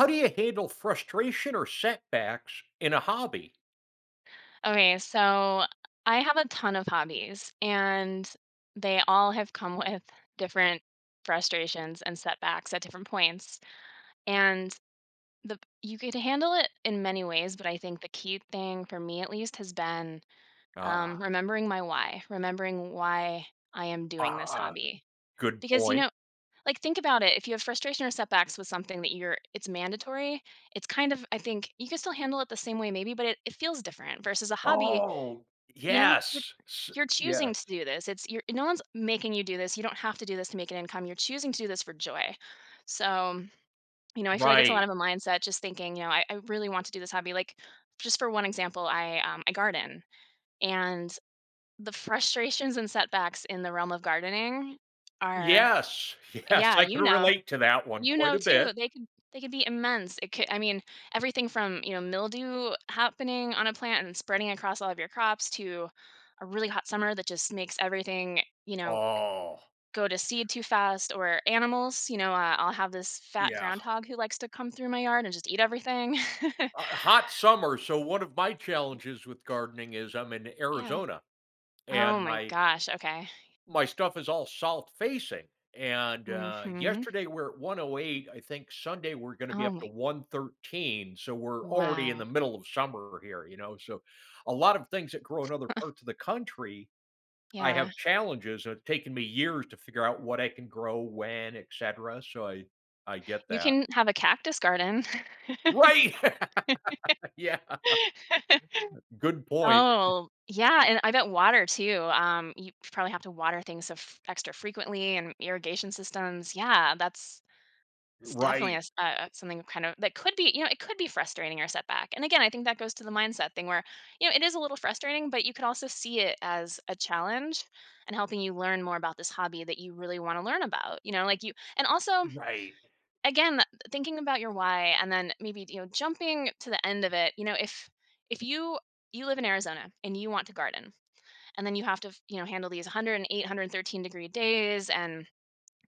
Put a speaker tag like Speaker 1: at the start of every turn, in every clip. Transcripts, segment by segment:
Speaker 1: How do you handle frustration or setbacks in a hobby?
Speaker 2: Okay, so I have a ton of hobbies, and they all have come with different frustrations and setbacks at different points. And the you could handle it in many ways, but I think the key thing for me at least has been
Speaker 1: Ah,
Speaker 2: remembering my why, remembering why I am doing this
Speaker 1: ah,
Speaker 2: hobby.
Speaker 1: good
Speaker 2: Because
Speaker 1: point.
Speaker 2: like think about it. If you have frustration or setbacks with something that you're, it's mandatory. It's kind of I think you can still handle it the same way maybe, but it feels different versus a hobby
Speaker 1: Oh,
Speaker 2: you know, you're
Speaker 1: yes.
Speaker 2: you're choosing
Speaker 1: Yes.
Speaker 2: to do this. It's you're no one's making you do this. You don't have to do this to make an income. You're choosing to do this for joy. So, I feel like it's a lot
Speaker 1: Right.
Speaker 2: of a mindset just thinking, I really want to do this hobby. Like just for one example, I garden and the frustrations and setbacks in the realm of gardening are
Speaker 1: Yes. Yes.
Speaker 2: yeah,
Speaker 1: I can relate to that one quite a
Speaker 2: too,
Speaker 1: bit.
Speaker 2: they could be immense. It could I mean, everything from, mildew happening on a plant and spreading across all of your crops to a really hot summer that just makes everything, you know,
Speaker 1: Oh,
Speaker 2: go to seed too fast or animals, I'll have this fat
Speaker 1: yeah.
Speaker 2: groundhog who likes to come through my yard and just eat everything.
Speaker 1: Hot summer. So, one of my challenges with gardening is I'm in
Speaker 2: Yeah.
Speaker 1: Arizona
Speaker 2: Oh
Speaker 1: and
Speaker 2: my
Speaker 1: my
Speaker 2: gosh, okay.
Speaker 1: my stuff is all south facing. And
Speaker 2: Mhm.
Speaker 1: yesterday we're at 108. I think Sunday we're going to be
Speaker 2: Oh
Speaker 1: up to
Speaker 2: my
Speaker 1: 113. So we're already in the
Speaker 2: wow.
Speaker 1: middle of summer here. So a lot of things that grow in other parts of the country, I
Speaker 2: Yeah.
Speaker 1: have challenges, and it's taken me years to figure out what I can grow, when, et cetera. So I get
Speaker 2: You
Speaker 1: that.
Speaker 2: can have a cactus garden.
Speaker 1: Right. Yeah. Good point.
Speaker 2: Oh, yeah, and I bet water too. You probably have to water things f extra frequently and irrigation systems. Yeah, that's definitely a
Speaker 1: Right.
Speaker 2: s a something kind of that could be, it could be frustrating or setback. And again, I think that goes to the mindset thing where, it is a little frustrating, but you could also see it as a challenge and helping you learn more about this hobby that you really wanna learn about, like you and also
Speaker 1: Right.
Speaker 2: again thinking about your why and then maybe jumping to the end of it if you you live in Arizona and you want to garden and then you have to handle these 108 113 degree days and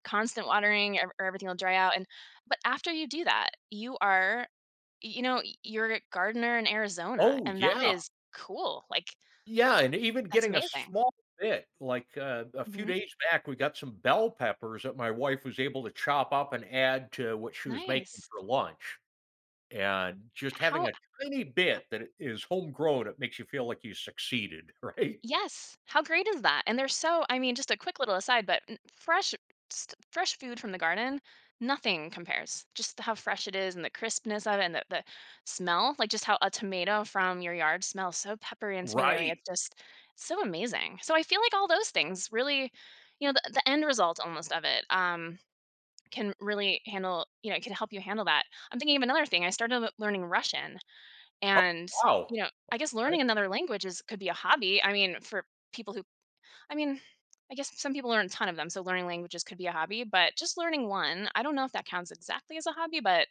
Speaker 2: constant watering or everything will dry out and but after you do that you are you know you're a gardener in Arizona
Speaker 1: Oh
Speaker 2: and that
Speaker 1: yeah.
Speaker 2: is cool like
Speaker 1: Yeah, and even
Speaker 2: that's
Speaker 1: getting a
Speaker 2: amazing.
Speaker 1: small bit, like, a few
Speaker 2: Hmm.
Speaker 1: days back, we got some bell peppers that my wife was able to chop up and add to what she was making
Speaker 2: Nice.
Speaker 1: for lunch, and just having
Speaker 2: How
Speaker 1: a tiny bit that is homegrown, it makes you feel like you succeeded, right?
Speaker 2: Yes. How great is that? And they're so I mean, just a quick little aside, but fresh fresh food from the garden, nothing compares. Just how fresh it is and the crispness of it and the smell, like just how a tomato from your yard smells so peppery and tomatoey.
Speaker 1: Right.
Speaker 2: It's just so amazing. So I feel like all those things really, the end result almost of it can really handle, it can help you handle that. I'm thinking of another thing. I started learning Russian
Speaker 1: Oh,
Speaker 2: and,
Speaker 1: wow,
Speaker 2: I guess
Speaker 1: okay.
Speaker 2: learning another language is could be a hobby. I mean, for people who I mean, I guess some people learn a ton of them, so learning languages could be a hobby, but just learning one, I don't know if that counts exactly as a hobby, but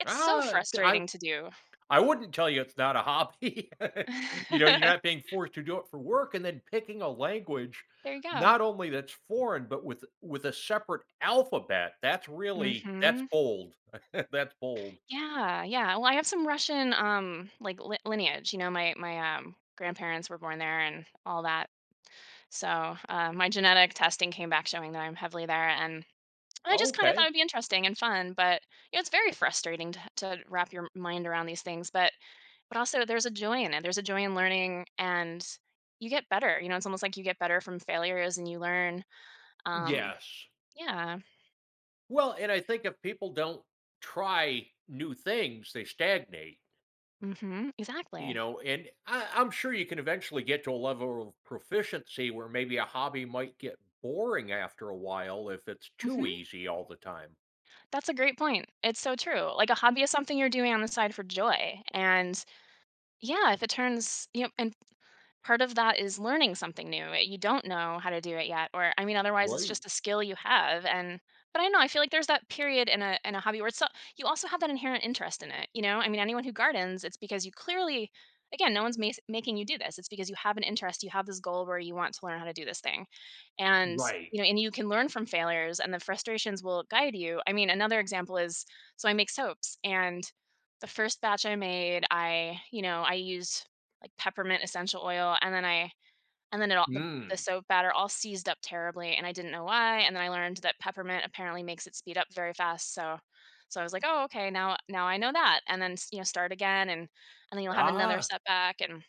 Speaker 2: it's so
Speaker 1: Ah, I
Speaker 2: frustrating to do.
Speaker 1: I wouldn't tell you it's not a hobby. You know, you're not being forced to do it for work and then picking a language,
Speaker 2: There you go.
Speaker 1: not only that's foreign, but with a separate alphabet. That's
Speaker 2: Mhm.
Speaker 1: bold. That's bold.
Speaker 2: Yeah, yeah. Well, I have some Russian, like, li lineage, my grandparents were born there and all that. So, my genetic testing came back showing that I'm heavily there, and I just kind of thought
Speaker 1: Okay.
Speaker 2: it'd be interesting and fun, but, it's very frustrating to wrap your mind around these things, but also there's a joy in it. There's a joy in learning, and you get better, it's almost like you get better from failures and you learn, um
Speaker 1: Yes.
Speaker 2: yeah,
Speaker 1: Well, and I think if people don't try new things, they stagnate,
Speaker 2: mhm, exactly.
Speaker 1: and I'm sure you can eventually get to a level of proficiency where maybe a hobby might get boring after a while if it's too
Speaker 2: Mhm.
Speaker 1: easy all the time.
Speaker 2: That's a great point. It's so true. Like, a hobby is something you're doing on the side for joy, and, yeah, if it turns and part of that is learning something new. You don't know how to do it yet, or I mean, otherwise it's
Speaker 1: Right.
Speaker 2: just a skill you have. And but I know I feel like there's that period in a hobby where it's so, you also have that inherent interest in it. You know, I mean, anyone who gardens, it's because you clearly, again, no one's making you do this. It's because you have an interest. You have this goal where you want to learn how to do this thing, and
Speaker 1: Right.
Speaker 2: and you can learn from failures, and the frustrations will guide you. I mean, another example is so I make soaps and the first batch I made, I, I used like, peppermint essential oil, and then I and then it all the
Speaker 1: Mm.
Speaker 2: soap batter all seized up terribly, and I didn't know why, and then I learned that peppermint apparently makes it speed up very fast, so so I was like, "Oh, okay, now I know that," and then s start again, and then you'll have another
Speaker 1: Ah,
Speaker 2: setback, and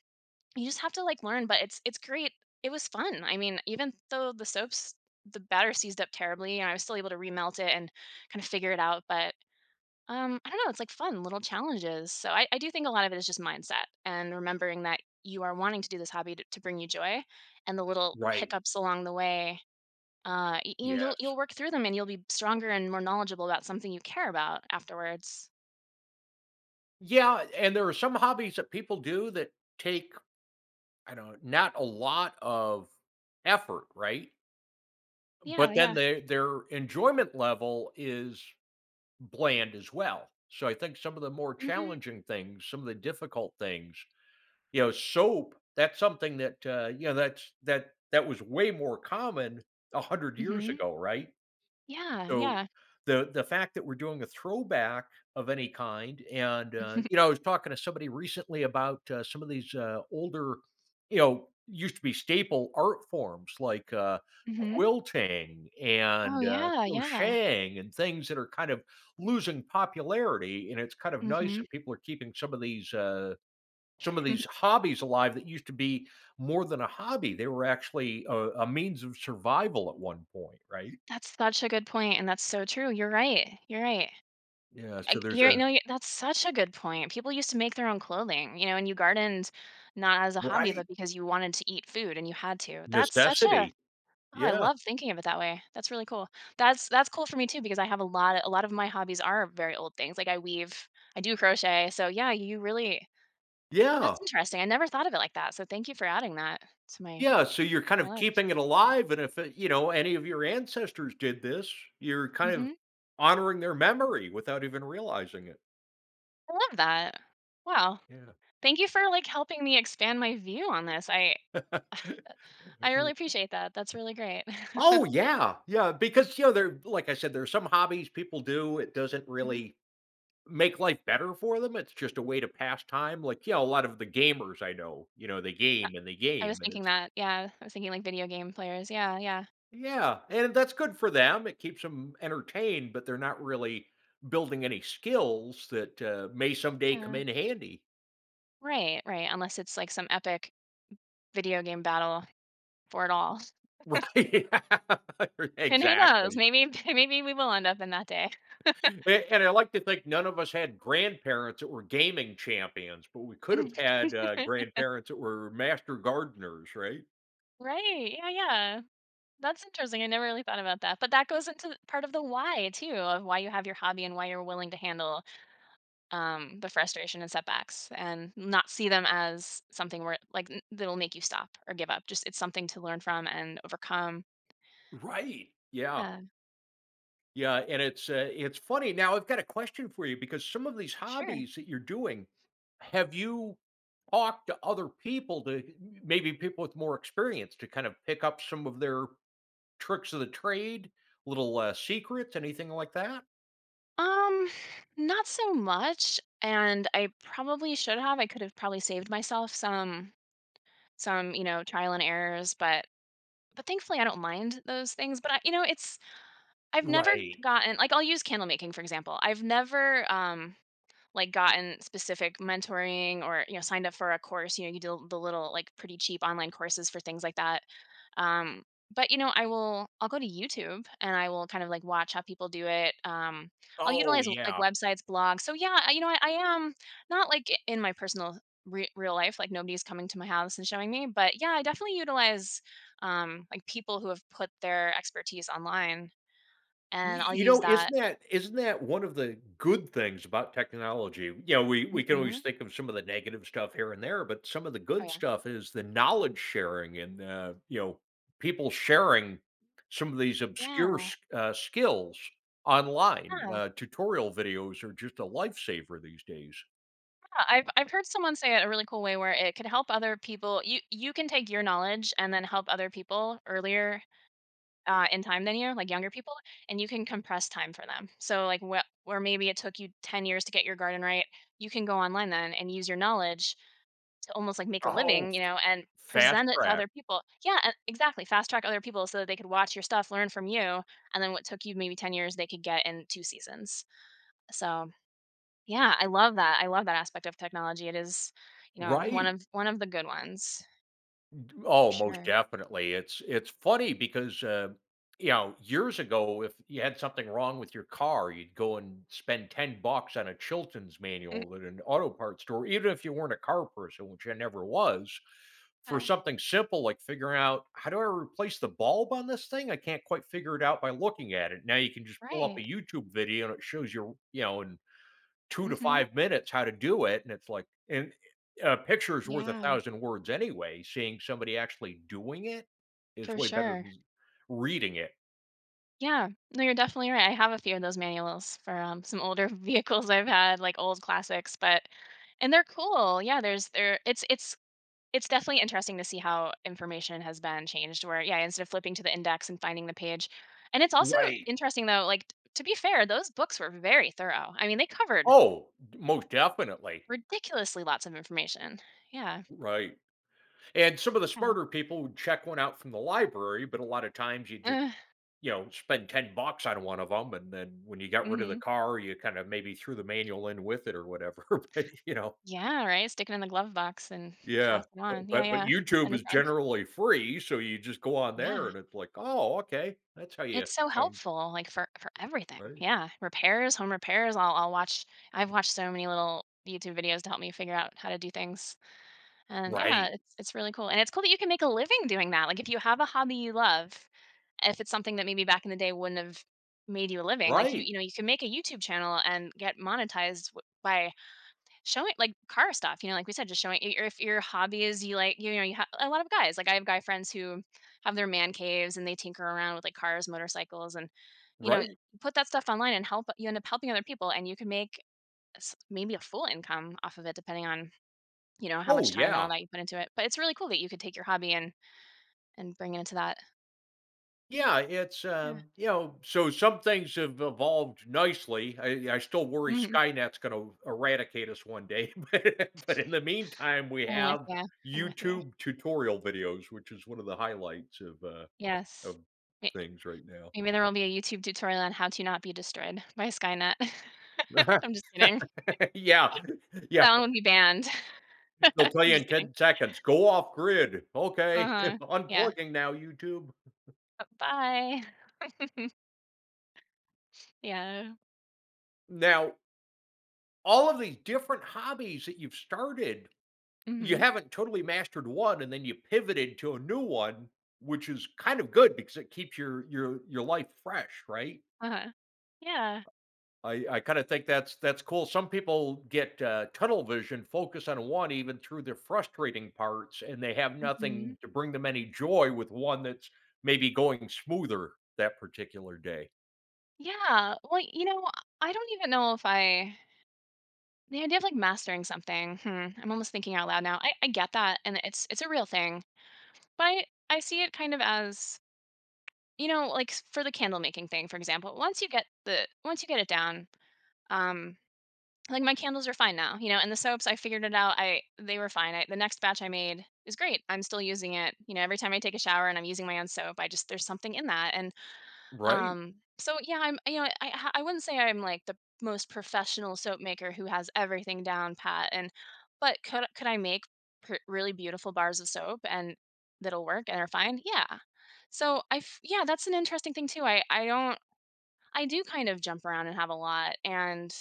Speaker 2: you just have to, like, learn, but it's great. It was fun. I mean, even though the soaps the batter seized up terribly, and I was still able to remelt it and kind of figure it out, but I don't know. It's like fun little challenges. So I do think a lot of it is just mindset and remembering that you are wanting to do this hobby to bring you joy, and the little
Speaker 1: right.
Speaker 2: hiccups along the way. You know,
Speaker 1: Yes.
Speaker 2: you'll work through them, and you'll be stronger and more knowledgeable about something you care about afterwards.
Speaker 1: Yeah, and there are some hobbies that people do that take, I don't know, not a lot of effort, right?
Speaker 2: Yeah,
Speaker 1: But then
Speaker 2: yeah.
Speaker 1: their enjoyment level is bland as well. So I think some of the more
Speaker 2: Mhm.
Speaker 1: challenging things, some of the difficult things, soap, that's something that you know, that's that that was way more common a hundred years
Speaker 2: Mhm.
Speaker 1: ago, right?
Speaker 2: Yeah,
Speaker 1: So,
Speaker 2: yeah.
Speaker 1: the fact that we're doing a throwback of any kind and, I was talking to somebody recently about, some of these, older, used to be staple art forms like,
Speaker 2: Mhm.
Speaker 1: quilting
Speaker 2: Oh
Speaker 1: and,
Speaker 2: yeah, yeah.
Speaker 1: crocheting and things that are kind of losing popularity, and it's kind of nice
Speaker 2: Mhm.
Speaker 1: that people are keeping some of these hobbies alive that used to be more than a hobby. They were actually a means of survival at one point, right?
Speaker 2: That's such a good point, and that's so true. You're right. You're right.
Speaker 1: Yeah, so
Speaker 2: Like,
Speaker 1: there's a
Speaker 2: you're no, you that's such a good point. People used to make their own clothing, you know, and you gardened not as a hobby, but
Speaker 1: right.
Speaker 2: because you wanted to eat food and you had to. That's such a
Speaker 1: Necessity.
Speaker 2: oh, I
Speaker 1: Yeah.
Speaker 2: love thinking of it that way. That's really cool. That's cool for me too because I have a lot of my hobbies are very old things. Like I weave, I do crochet. So yeah, you really
Speaker 1: Yeah.
Speaker 2: that's interesting. I never thought of it like that. So thank you for adding that to my
Speaker 1: Yeah. So you're kind
Speaker 2: my
Speaker 1: of
Speaker 2: life.
Speaker 1: keeping it alive. And if, any of your ancestors did this, you're kind of
Speaker 2: Mhm.
Speaker 1: honoring their memory without even realizing it.
Speaker 2: I love that. Wow.
Speaker 1: Yeah.
Speaker 2: Thank you for like helping me expand my view on this. I I really appreciate that. That's really great.
Speaker 1: Oh, yeah. Yeah. Because, there, like I said, there are some hobbies people do. It doesn't
Speaker 2: Mhm.
Speaker 1: really make life better for them. It's just a way to pass time. Like, a lot of the gamers I know,
Speaker 2: Uh,
Speaker 1: they
Speaker 2: I was
Speaker 1: game. And
Speaker 2: thinking
Speaker 1: it's
Speaker 2: that, yeah. I was thinking, like, video game players. Yeah, yeah.
Speaker 1: yeah, and that's good for them. It keeps them entertained, but they're not really building any skills that may someday come
Speaker 2: Uh,
Speaker 1: in handy.
Speaker 2: right, right, unless it's, like, some epic video game battle for it all.
Speaker 1: Right.
Speaker 2: And who knows?
Speaker 1: Exactly.
Speaker 2: Maybe maybe we will end up in that day. Mm.
Speaker 1: And I like to think none of us had grandparents that were gaming champions, but we could have had grandparents that were master gardeners, right?
Speaker 2: Right, yeah, yeah. That's interesting, I never really thought about that, but that goes into part of the why too, of why you have your hobby and why you're willing to handle, the frustration and setbacks and not see them as something where like, n that'll make you stop or give up. Just it's something to learn from and overcome.
Speaker 1: Right. Yeah.
Speaker 2: Yeah,
Speaker 1: Yeah, and it's funny. Now I've got a question for you because some of these
Speaker 2: sure.
Speaker 1: hobbies that you're doing, have you talked to other people to maybe people with more experience to kind of pick up some of their tricks of the trade, little secrets, anything like that?
Speaker 2: Um, not so much. And I probably should have. I could have probably saved myself some, trial and errors, but thankfully I don't mind those things. But I, it's I've never
Speaker 1: Right.
Speaker 2: gotten like I'll use candle making for example. I've never like gotten specific mentoring or you know signed up for a course you know you do the little like pretty cheap online courses for things like that um but you know I'll go to YouTube and I will kind of like watch how people do it I'll
Speaker 1: Oh
Speaker 2: utilize like
Speaker 1: yeah.
Speaker 2: websites blogs so yeah you know I am not like in my personal real life like nobody's coming to my house and showing me but yeah I definitely utilize like people who have put their expertise online
Speaker 1: Y
Speaker 2: and I'll
Speaker 1: you
Speaker 2: use
Speaker 1: know,
Speaker 2: that.
Speaker 1: isn't that one of the good things about technology? You know, we can
Speaker 2: Hmm.
Speaker 1: always think of some of the negative stuff here and there, but some of the
Speaker 2: Oh
Speaker 1: good
Speaker 2: yeah.
Speaker 1: stuff is the knowledge sharing and, people sharing some of these obscure
Speaker 2: Yeah
Speaker 1: s skills online.
Speaker 2: yeah.
Speaker 1: Tutorial videos are just a lifesaver these days.
Speaker 2: Yeah, I've heard someone say it a really cool way where it could help other people. You can take your knowledge and then help other people earlier in time than you, like younger people, and you can compress time for them. So like what where maybe it took you 10 years to get your garden right, you can go online then and use your knowledge to almost like make a
Speaker 1: Oh,
Speaker 2: living, you know, and
Speaker 1: fast
Speaker 2: present it to
Speaker 1: track.
Speaker 2: other people. Yeah, and- exactly. Fast track other people so that they could watch your stuff, learn from you, and then what took you maybe 10 years they could get in two seasons. So yeah, I love that. I love that aspect of technology. It is, one
Speaker 1: Right.
Speaker 2: of one of the good ones. For
Speaker 1: Oh, most
Speaker 2: sure.
Speaker 1: definitely. It's funny because years ago, if you had something wrong with your car, you'd go and spend $10 on a Chilton's manual at an auto parts store, even if you weren't a car person, which I never was. For
Speaker 2: Yeah,
Speaker 1: something simple like figuring out how do I replace the bulb on this thing, I can't quite figure it out by looking at it. Now you can just pull up
Speaker 2: right.
Speaker 1: a YouTube video and it shows you, in 2 to
Speaker 2: Mhm.
Speaker 1: 5 minutes how to do it, and it's like and a picture's worth a
Speaker 2: Yeah,
Speaker 1: thousand words anyway, seeing somebody actually doing it is
Speaker 2: for
Speaker 1: way better
Speaker 2: sure.
Speaker 1: than reading it.
Speaker 2: Yeah. No, you're definitely right. I have a few of those manuals for, some older vehicles I've had, like, old classics, but and they're cool. Yeah, there it's it's definitely interesting to see how information has been changed where, yeah, instead of flipping to the index and finding the page and it's also
Speaker 1: Right.
Speaker 2: interesting, though, like, t to be fair, those books were very thorough. I mean, they covered
Speaker 1: Oh, most definitely.
Speaker 2: ridiculously lots of information. Yeah.
Speaker 1: Right. And some of the
Speaker 2: Yeah.
Speaker 1: smarter people would check one out from the library, but a lot of times you just,
Speaker 2: Uh,
Speaker 1: spend 10 bucks on one of them, and then when you got rid of the
Speaker 2: mhm.
Speaker 1: car, you kind of maybe threw the manual in with it or whatever, but, you know
Speaker 2: Yeah, right? Stick it in the glove box and pass
Speaker 1: Yeah,
Speaker 2: it
Speaker 1: but
Speaker 2: on. Yeah,
Speaker 1: but but
Speaker 2: yeah. In
Speaker 1: YouTube
Speaker 2: the
Speaker 1: is
Speaker 2: trunk.
Speaker 1: generally free, so you just go on
Speaker 2: Yeah.
Speaker 1: there and it's like, "Oh, okay, that's how you
Speaker 2: It's so
Speaker 1: find."
Speaker 2: helpful, like, for everything.
Speaker 1: Right.
Speaker 2: Yeah. Repairs, home repairs, I'll watch I've watched so many little YouTube videos to help me figure out how to do things, and, yeah,
Speaker 1: Right,
Speaker 2: it's really cool, and it's cool that you can make a living doing that, like, if you have a hobby you love, if it's something that maybe back in the day wouldn't have made you a living, like, you
Speaker 1: right,
Speaker 2: you know, you can make a YouTube channel and get monetized w by showing like, car stuff, you know, like we said, just showing I if your hobby is you like you know, you have a lot of guys, like, I have guy friends who have their man caves, and they tinker around with, like, cars, motorcycles, and, you know,
Speaker 1: right.
Speaker 2: put that stuff online and help you end up helping other people, and you can make s maybe a full income off of it depending on, you know, how much
Speaker 1: Oh,
Speaker 2: time and all
Speaker 1: yeah.
Speaker 2: that you put into it, but it's really cool that you could take your hobby and bring it into that.
Speaker 1: Yeah, it's,
Speaker 2: Yeah.
Speaker 1: you know so some things have evolved nicely. I still worry
Speaker 2: Mhm.
Speaker 1: Skynet's gonna eradicate us one day, but in the meantime, we
Speaker 2: I'm with
Speaker 1: have
Speaker 2: you. I'm with you.
Speaker 1: YouTube tutorial videos, which is one of the highlights of, uh,
Speaker 2: Yes.
Speaker 1: of
Speaker 2: May
Speaker 1: things right now.
Speaker 2: maybe there will be a YouTube tutorial on how to not be destroyed by Skynet. I'm just kidding.
Speaker 1: Yeah, yeah.
Speaker 2: That one would be banned.
Speaker 1: They'll tell
Speaker 2: I'm
Speaker 1: you
Speaker 2: just
Speaker 1: in
Speaker 2: kidding.
Speaker 1: 10 seconds, go off grid. Okay.
Speaker 2: Uh-huh. Yeah.
Speaker 1: Unplugging now, YouTube.
Speaker 2: Bye. Yeah.
Speaker 1: Now, all of these different hobbies that you've started, you
Speaker 2: Mhm.
Speaker 1: haven't totally mastered one and then you pivoted to a new one, which is kind of good because it keeps your life fresh, right?
Speaker 2: Uh-huh. Yeah.
Speaker 1: I kind of think that's cool. Some people get tunnel vision, focus on one even through the frustrating parts, and they have
Speaker 2: Mhm.
Speaker 1: nothing to bring them any joy with one that's maybe going smoother that particular day.
Speaker 2: Yeah. Well, you know, I don't even know if I the idea of, like, mastering something, hmm, I'm almost thinking out loud now. I get that, and it's a real thing, but I see it kind of as, you know, like, s for the candle making thing, for example, once you get it down, um like, my candles are fine now, you know, and the soaps, I figured it out, I they were fine, I the next batch I made is great, I'm still using it, you know, every time I take a shower and I'm using my own soap, I just there's something in that, and,
Speaker 1: Right.
Speaker 2: so, yeah, I'm you know, I wouldn't say I'm, like, the most professional soap maker who has everything down pat, and but could I make pr really beautiful bars of soap and that'll work and are fine? Yeah. So, I f yeah, that's an interesting thing too, I don't I do kind of jump around and have a lot, and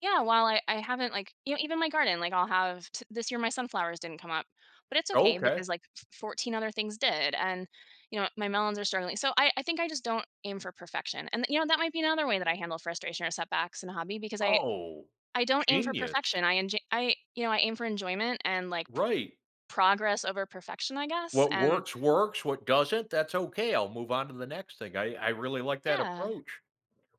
Speaker 2: yeah, while I haven't, like you know, even my garden, like, I'll have t this year my sunflowers didn't come up, but it's okay
Speaker 1: Okay.
Speaker 2: because, like, f 14 other things did, and, you know, my melons are struggling. So I think I just don't aim for perfection, and, you know, that might be another way that I handle frustration or setbacks in a hobby because
Speaker 1: Oh,
Speaker 2: I don't aim for
Speaker 1: genius.
Speaker 2: perfection. I enjoy I you know, I aim for enjoyment and, like, p
Speaker 1: Right.
Speaker 2: progress over perfection, I guess,
Speaker 1: What
Speaker 2: and
Speaker 1: works, works. What doesn't, that's okay. I'll move on to the next thing. I really like that
Speaker 2: yeah,
Speaker 1: approach.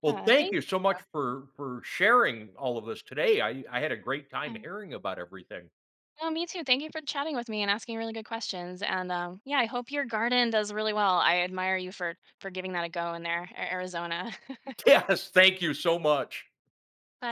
Speaker 1: Well,
Speaker 2: yeah,
Speaker 1: thank
Speaker 2: thank
Speaker 1: you so much for sharing all of this today. I had a great time hearing about everything.
Speaker 2: Oh, me too. Thank you for chatting with me and asking really good questions. And yeah, I hope your garden does really well. I admire you for giving that a go in there, Arizona.
Speaker 1: Yes, thank you so much.
Speaker 2: Bye.